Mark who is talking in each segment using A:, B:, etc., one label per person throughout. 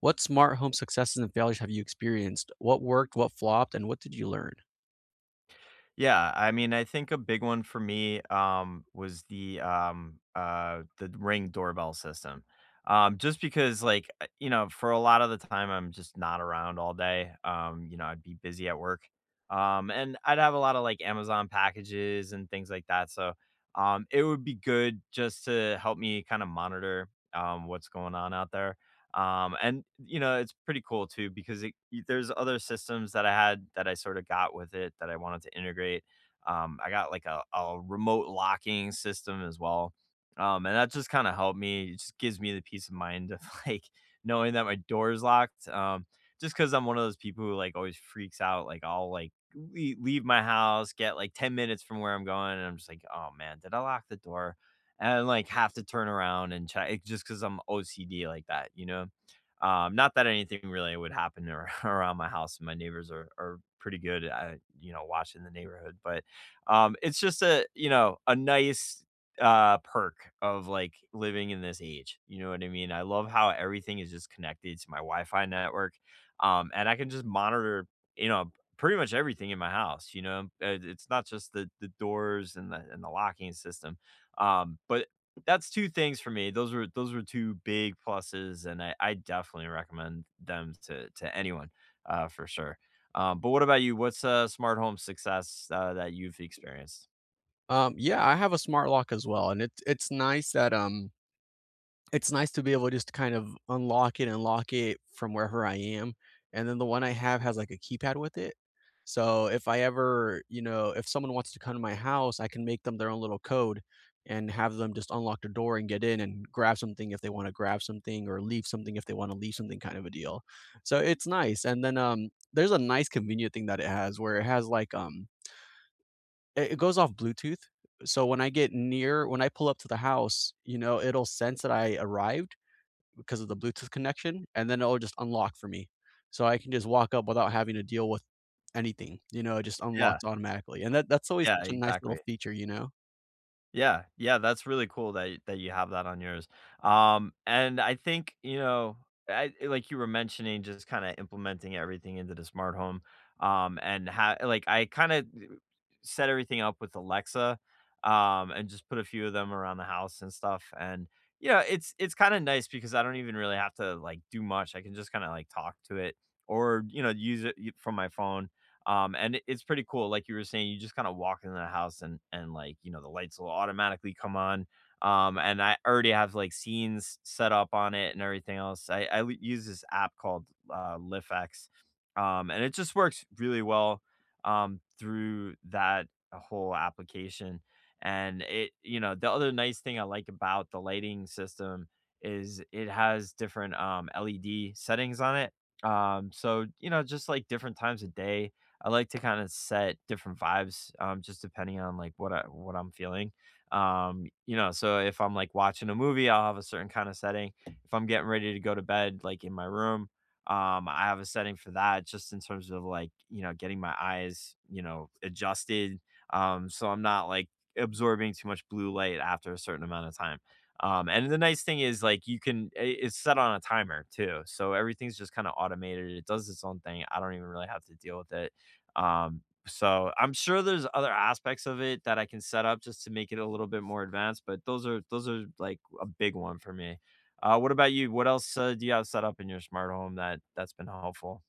A: What smart home successes and failures have you experienced? What worked, what flopped, and what did you learn?
B: Yeah, I mean, I think a big one for me was the Ring doorbell system. Just because, you know, for a lot of the time, I'm just not around all day. You know, I'd be busy at work, and I'd have a lot of like Amazon packages and things like that. So, it would be good just to help me kind of monitor what's going on out there. And you know, it's pretty cool too because there's other systems that I had that I sort of got with it that I wanted to integrate. I got like a remote locking system as well. And that just kind of helped me. It just gives me the peace of mind of like knowing that my door is locked. Just because I'm one of those people who like always freaks out. Like I'll leave my house, get like 10 minutes from where I'm going, and I'm just like, oh man, did I lock the door? And like have to turn around and check it just because I'm OCD like that, you know. Not that anything really would happen around my house. My neighbors are pretty good at you know watching the neighborhood, but it's just a you know a nice perk of like living in this age. You know what I mean? I love how everything is just connected to my Wi-Fi network, and I can just monitor you know pretty much everything in my house. You know, it's not just the doors and the locking system , but that's 2 things for me. Those were 2 big pluses, and I definitely recommend them to anyone, for sure. But what about you? What's a smart home success, that you've experienced?
A: Yeah, I have a smart lock as well, and it's nice that it's nice to be able to just kind of unlock it and lock it from wherever I am, and then the one I have has, like, a keypad with it. So, if I ever, you know, if someone wants to come to my house, I can make them their own little code and have them just unlock the door and get in and grab something if they wanna grab something or leave something if they wanna leave something kind of a deal. So, it's nice, and then, there's a nice convenient thing that it has where it has, like, it goes off Bluetooth, so when I pull up to the house, you know, it'll sense that I arrived because of the Bluetooth connection, and then it'll just unlock for me. So I can just walk up without having to deal with anything. You know, it just
B: Yeah,
A: unlocks automatically, and that's always
B: yeah,
A: such a nice
B: exactly.
A: little feature, you know?
B: Yeah, yeah, that's really cool that y that you have that on yours. And I think, you know, like you were mentioning just kinda implementing everything into the smart home, and how like, I kinda set everything up with Alexa, and just put a few of them around the house and stuff, and, you know, it's kinda nice because I don't even really have to, like, do much. I can just kinda, like, talk to it or, you know, use it y from my phone and it's pretty cool. Like you were saying, you just kind of walk into the house and like you know the lights will automatically come on. And I already have like scenes set up on it and everything else. I use this app called LiftX, and it just works really well through that whole application. And it, you know, the other nice thing I like about the lighting system is it has different LED settings on it. So you know, just like different times of day I like to kinda set different vibes, just depending on, like, what I'm feeling. You know, so if I'm, like, watching a movie, I'll have a certain kinda setting. If I'm getting ready to go to bed, like, in my room, I have a setting for that just in terms of, like, you know, getting my eyes, you know, adjusted, so I'm not, like, absorbing too much blue light after a certain amount of time. And the nice thing is, like, you can I it's set on a timer too, so everything's just kinda automated. It does its own thing. I don't even really have to deal with it. So I'm sure there's other aspects of it that I can set up just to make it a little bit more advanced, but those are like a big one for me. What about you? What else do you have set up in your smart home that's been helpful?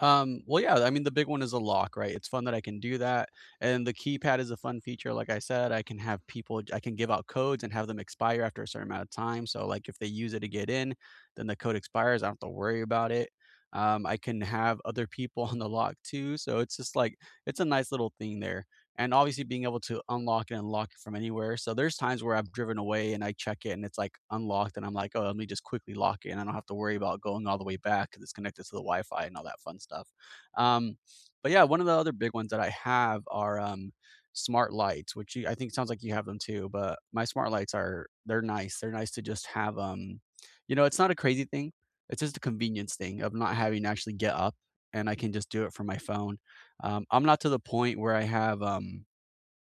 A: Well, yeah, I mean, the big one is a lock, right? It's fun that I can do that, and the keypad is a fun feature. Like I said, I can have people, I can give out codes and have them expire after a certain amount of time, so, like, if they use it to get in, then the code expires, I don't have to worry about it. I can have other people on the lock too, so it's just like it's a nice little thing there. And obviously being able to unlock and unlock it from anywhere. So there's times where I've driven away and I check it and it's like unlocked and I'm like, oh, let me just quickly lock it and I don't have to worry about going all the way back because it's connected to the Wi-Fi and all that fun stuff. Um, but yeah, one of the other big ones that I have are smart lights, which you, I think, sounds like you have them too. But my smart lights are, they're nice. They're nice to just have. You know, it's not a crazy thing. It's just a convenience thing of not having to actually get up, and I can just do it from my phone. I'm not to the point where I have,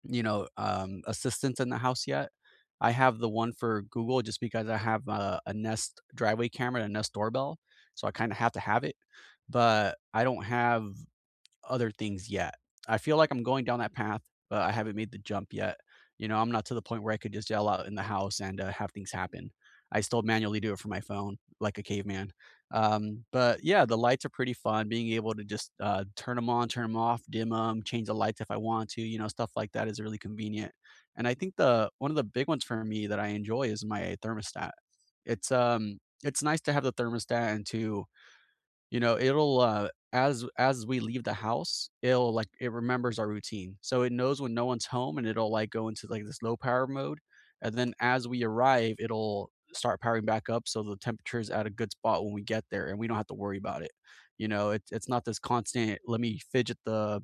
A: you know, assistants in the house yet. I have the one for Google just because I have a Nest driveway camera and a Nest doorbell, so I kind of have to have it. But I don't have other things yet. I feel like I'm going down that path, but I haven't made the jump yet. You know, I'm not to the point where I could just yell out in the house and have things happen. I still manually do it from my phone like a caveman. But yeah, the lights are pretty fun. Being able to just, turn them on, turn them off, dim them, change the lights if I want to, you know, stuff like that is really convenient. And I think the one of the big ones for me that I enjoy is my thermostat. It's, um it's nice to have the thermostat and to, you know, as we leave the house, it'll, like, it remembers our routine. So it knows when no one's home, and it'll, like, go into, like, this low power mode, and then as we arrive, it'll start powering back up so the temperature is at a good spot when we get there, and we don't have to worry about it. You know, it it's not this constant, "Let me fidget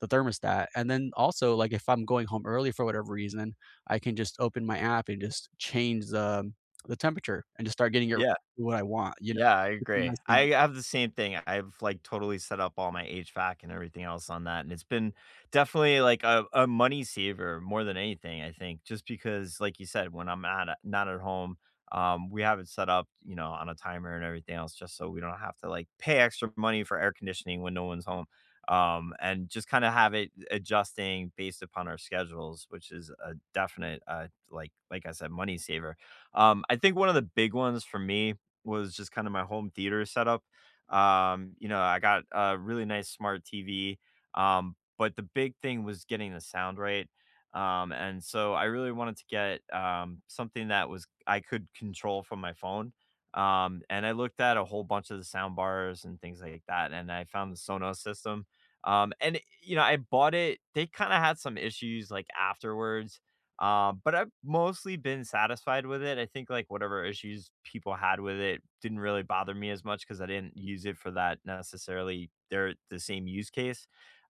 A: the thermostat." And then also, like, if I'm going home early for whatever reason, I can just open my app and just change the temperature and just start getting it
B: Yeah,
A: what I want, you know?
B: yeah, I
A: It's a
B: agree.
A: nice thing.
B: I have the same thing. I've, like, totally set up all my HVAC and everything else on that, and it's been definitely, like, a money saver more than anything, I think, just because, like you said, when I'm at not at home, we have it set up, you know, on a timer and everything else just so we don't have to, like, pay extra money for air conditioning when no one's home, and just kinda have it adjusting based upon our schedules, which is a definite, like I said, money saver. I think one of the big ones for me was just kind of my home theater setup. You know, I got a really nice smart TV, but the big thing was getting the sound right. And so I really wanted to get something that was I could control from my phone. And I looked at a whole bunch of the sound bars and things like that, and I found the Sonos system. And you know, I bought it. They kind of had some issues like afterwards but I've mostly been satisfied with it. I think like whatever issues people had with it didn't really bother me as much because I didn't use it for that necessarily. They're the same use case.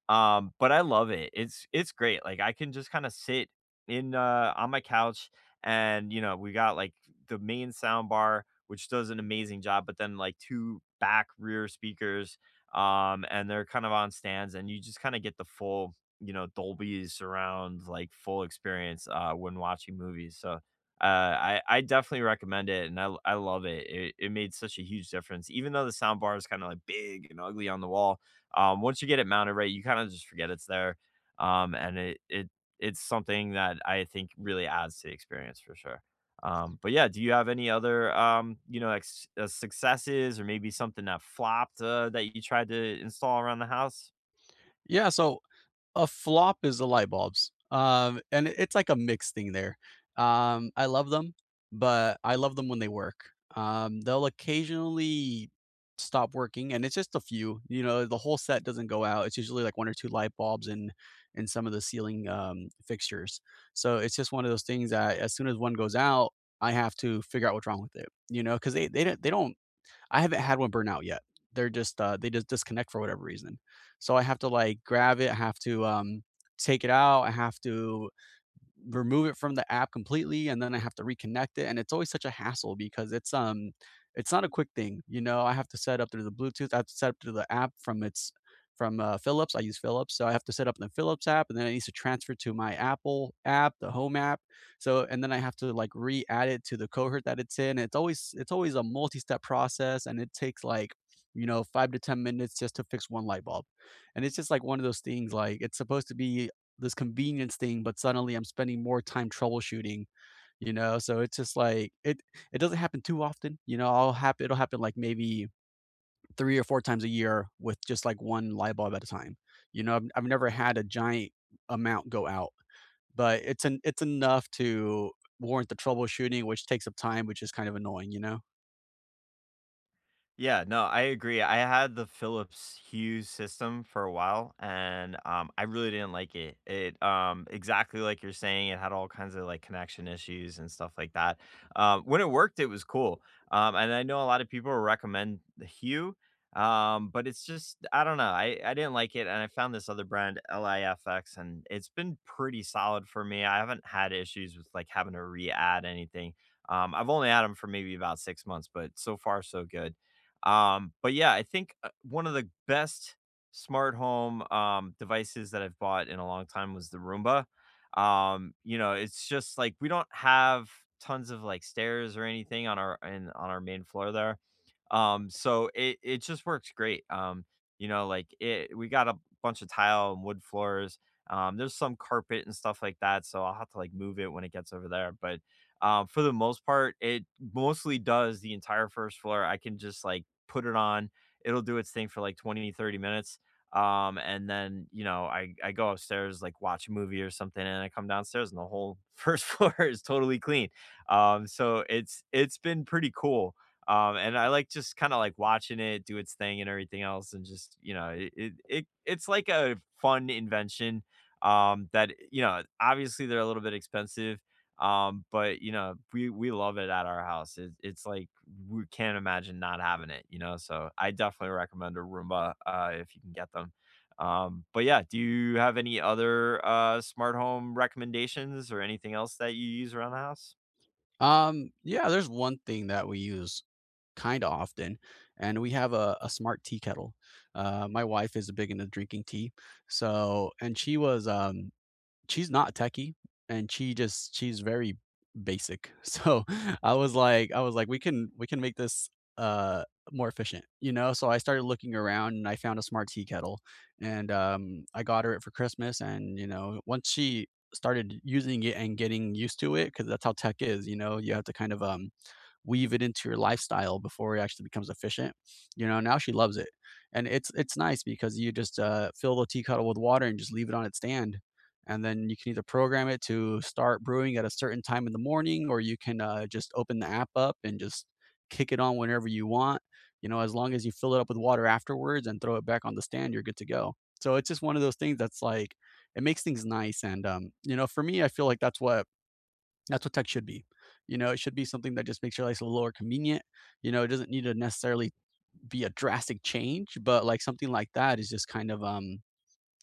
B: But I love it. It's great. Like, I can just kinda sit in, on my couch and, you know, we got, like, the main sound bar, which does an amazing job, but then, like, 2 back rear speakers, and they're kind of on stands, and you just kinda get the full, you know, Dolby surround, like, full experience, when watching movies, so, I definitely recommend it, and I love it. It made such a huge difference, even though the sound bar is kinda, like, big and ugly on the wall. Once you get it mounted right, you kind of just forget it's there. And it it's something that I think really adds to the experience for sure. But yeah, do you have any other you know, like successes or maybe something that flopped that you tried to install around the house?
A: Yeah, so a flop is the light bulbs, and it's like a mixed thing there. I love them, but I love them when they work. They'll occasionally stop working, and it's just a few. You know, the whole set doesn't go out. It's usually like one or two light bulbs and some of the ceiling fixtures. So it's just one of those things that as soon as one goes out, I have to figure out what's wrong with it. You know, because they don't I haven't had one burn out yet. They're just they just disconnect for whatever reason. So I have to like grab it. I have to take it out. I have to remove it from the app completely and then I have to reconnect it and it's always such a hassle because it's not a quick thing. You know, I have to set up through the Bluetooth, I have to set up through the app from its from Philips. I use Philips, so I have to set up in the Philips app, and then it needs to transfer to my Apple app, the Home app. So, and then I have to like re-add it to the cohort that it's in. It's always a multi-step process, and it takes like, you know, 5 to 10 minutes just to fix one light bulb. And it's just like one of those things. Like it's supposed to be this convenience thing, but suddenly I'm spending more time troubleshooting, you know? So it's just like it doesn't happen too often. You know, I'll happen. It'll happen like maybe 3 or 4 times a year with just like 1 light bulb at a time. You know, I've never had a giant amount go out, but it's enough to warrant the troubleshooting, which takes up time, which is kind of annoying, you know?
B: Yeah, no, I agree. I had the Philips Hue system for a while and, I really didn't like it. It exactly like you're saying, it had all kinds of, like, connection issues and stuff like that. When it worked, it was cool. And I know a lot of people recommend the Hue, but it's just I don't know, I didn't like it, and I found this other brand, LIFX, and it's been pretty solid for me. I haven't had issues with, like, having to re-add anything. I've only had them for maybe about 6 months, but so far so good. But yeah, I think one of the best smart home devices that I've bought in a long time was the Roomba. You know, it's just like we don't have tons of like stairs or anything on our in on our main floor there. So it just works great. You know, like it we got a bunch of tile and wood floors. There's some carpet and stuff like that, so I'll have to like move it when it gets over there. But for the most part, it mostly does the entire first floor. I can just like put it on, it'll do its thing for like 20, 30 minutes. And then, you know, I go upstairs, like watch a movie or something, and I come downstairs and the whole first floor is totally clean. So it's been pretty cool. And I like just kind of like watching it do its thing and everything else, and just you know, it it's like a fun invention. That You know, obviously they're a little bit expensive, but you know, we love it at our house. It's like we can't imagine not having it, you know. So I definitely recommend a Roomba if you can get them. But yeah, do you have any other smart home recommendations or anything else that you use around the house?
A: Yeah, there's one thing that we use kind of often, and we have a smart tea kettle. My wife is big into drinking tea, so, and she's not techie and she's very basic. So I was like, we can make this uh more efficient, you know? So I started looking around and I found a smart tea kettle and I got her it for Christmas and you know, once she started using it and getting used to it because that's how tech is, you know, you have to kind of weave it into your lifestyle before it actually becomes efficient. You know, now she loves it. And it's nice because you just fill the tea kettle with water and just leave it on its stand. And then you can either program it to start brewing at a certain time in the morning, or you can just open the app up and just kick it on whenever you want. You know, as long as you fill it up with water afterwards and throw it back on the stand, you're good to go. So it's just one of those things that's like, it makes things nice. And, you know, for me, I feel like that's what tech should be. You know, it should be something that just makes your life a little more convenient. You know, it doesn't need to necessarily be a drastic change, but like something like that is just kind of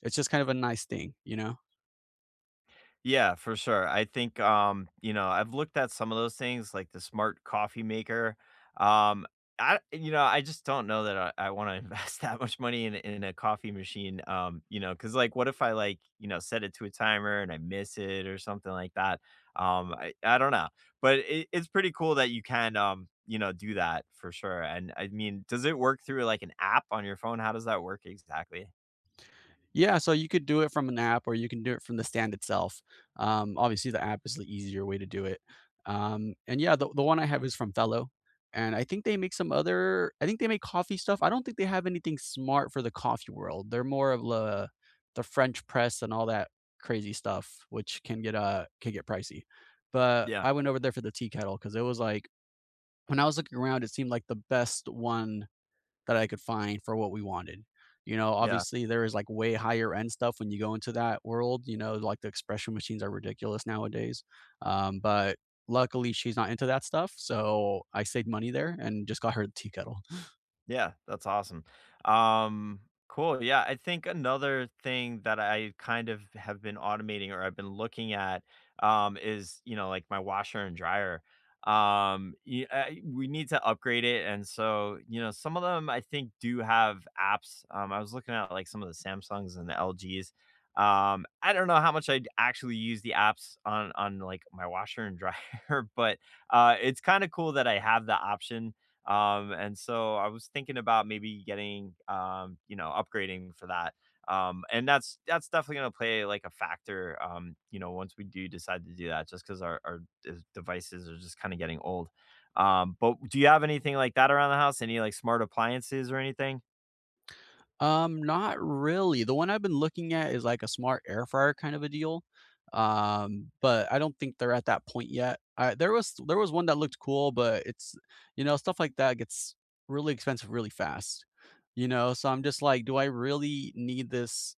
A: it's just kind of a nice thing, you know?
B: Yeah, for sure. I think you know, I've looked at some of those things like the smart coffee maker. Um I you know, I just don't know that I want to invest that much money in a coffee machine. You know, cuz like what if I like, you know, set it to a timer and I miss it or something like that. I don't know. But it, it's pretty cool that you can you know, do that for sure. And I mean, does it work through like an app on your phone? How does that work exactly?
A: Yeah, so you could do it from an app or you can do it from the stand itself. Obviously, the app is the easier way to do it. And yeah, the one I have is from Fellow. And I think they make some other, I think they make coffee stuff. I don't think they have anything smart for the coffee world. They're more of the French press and all that crazy stuff, which can get pricey. But
B: Yeah.
A: I went over there for the tea kettle because it was like, when I was looking around, it seemed like the best one that I could find for what we wanted. You know,
B: Yeah.
A: obviously there is like way higher end stuff when you go into that world, you know, like the expression machines are ridiculous nowadays. But luckily she's not into that stuff, so I saved money there and just got her the tea kettle.
B: Yeah, that's awesome. Um, cool. Yeah, I think another thing that I kind of have been automating or I've been looking at is, you know, like my washer and dryer. We need to upgrade it, and so you know, some of them I think do have apps. I was looking at like some of the Samsungs and the LGs. I don't know how much I actually use the apps on like my washer and dryer, but it's kind of cool that I have the option and so I was thinking about maybe getting, you know, upgrading for that. And that's definitely gonna play like a factor, you know, once we do decide to do that, just because our devices are just kind of getting old. But do you have anything like that around the house? Any like smart appliances or anything?
A: Not really. The one I've been looking at is like a smart air fryer kind of a deal. But I don't think they're at that point yet. There was one that looked cool, but it's, you know, stuff like that gets really expensive really fast. You know, so I'm just like, do I really need this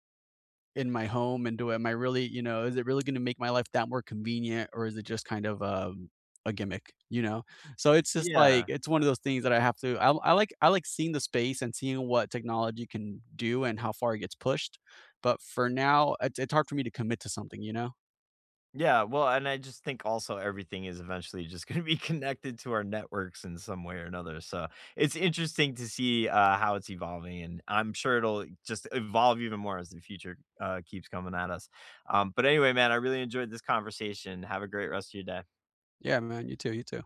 A: in my home and do, am I really, you know, is it really gonna make my life that more convenient or is it just kind of, a gimmick, you know? So it's just like
B: Yeah.
A: it's one of those things that I have to I like seeing the space and seeing what technology can do and how far it gets pushed, but for now, it's hard for me to commit to something, you know?
B: Yeah, well, and I just think also everything is eventually just going to be connected to our networks in some way or another. So it's interesting to see how it's evolving, and I'm sure it'll just evolve even more as the future keeps coming at us. But anyway, man, I really enjoyed this conversation. Have a great rest of your day.
A: Yeah, man, you too, you too.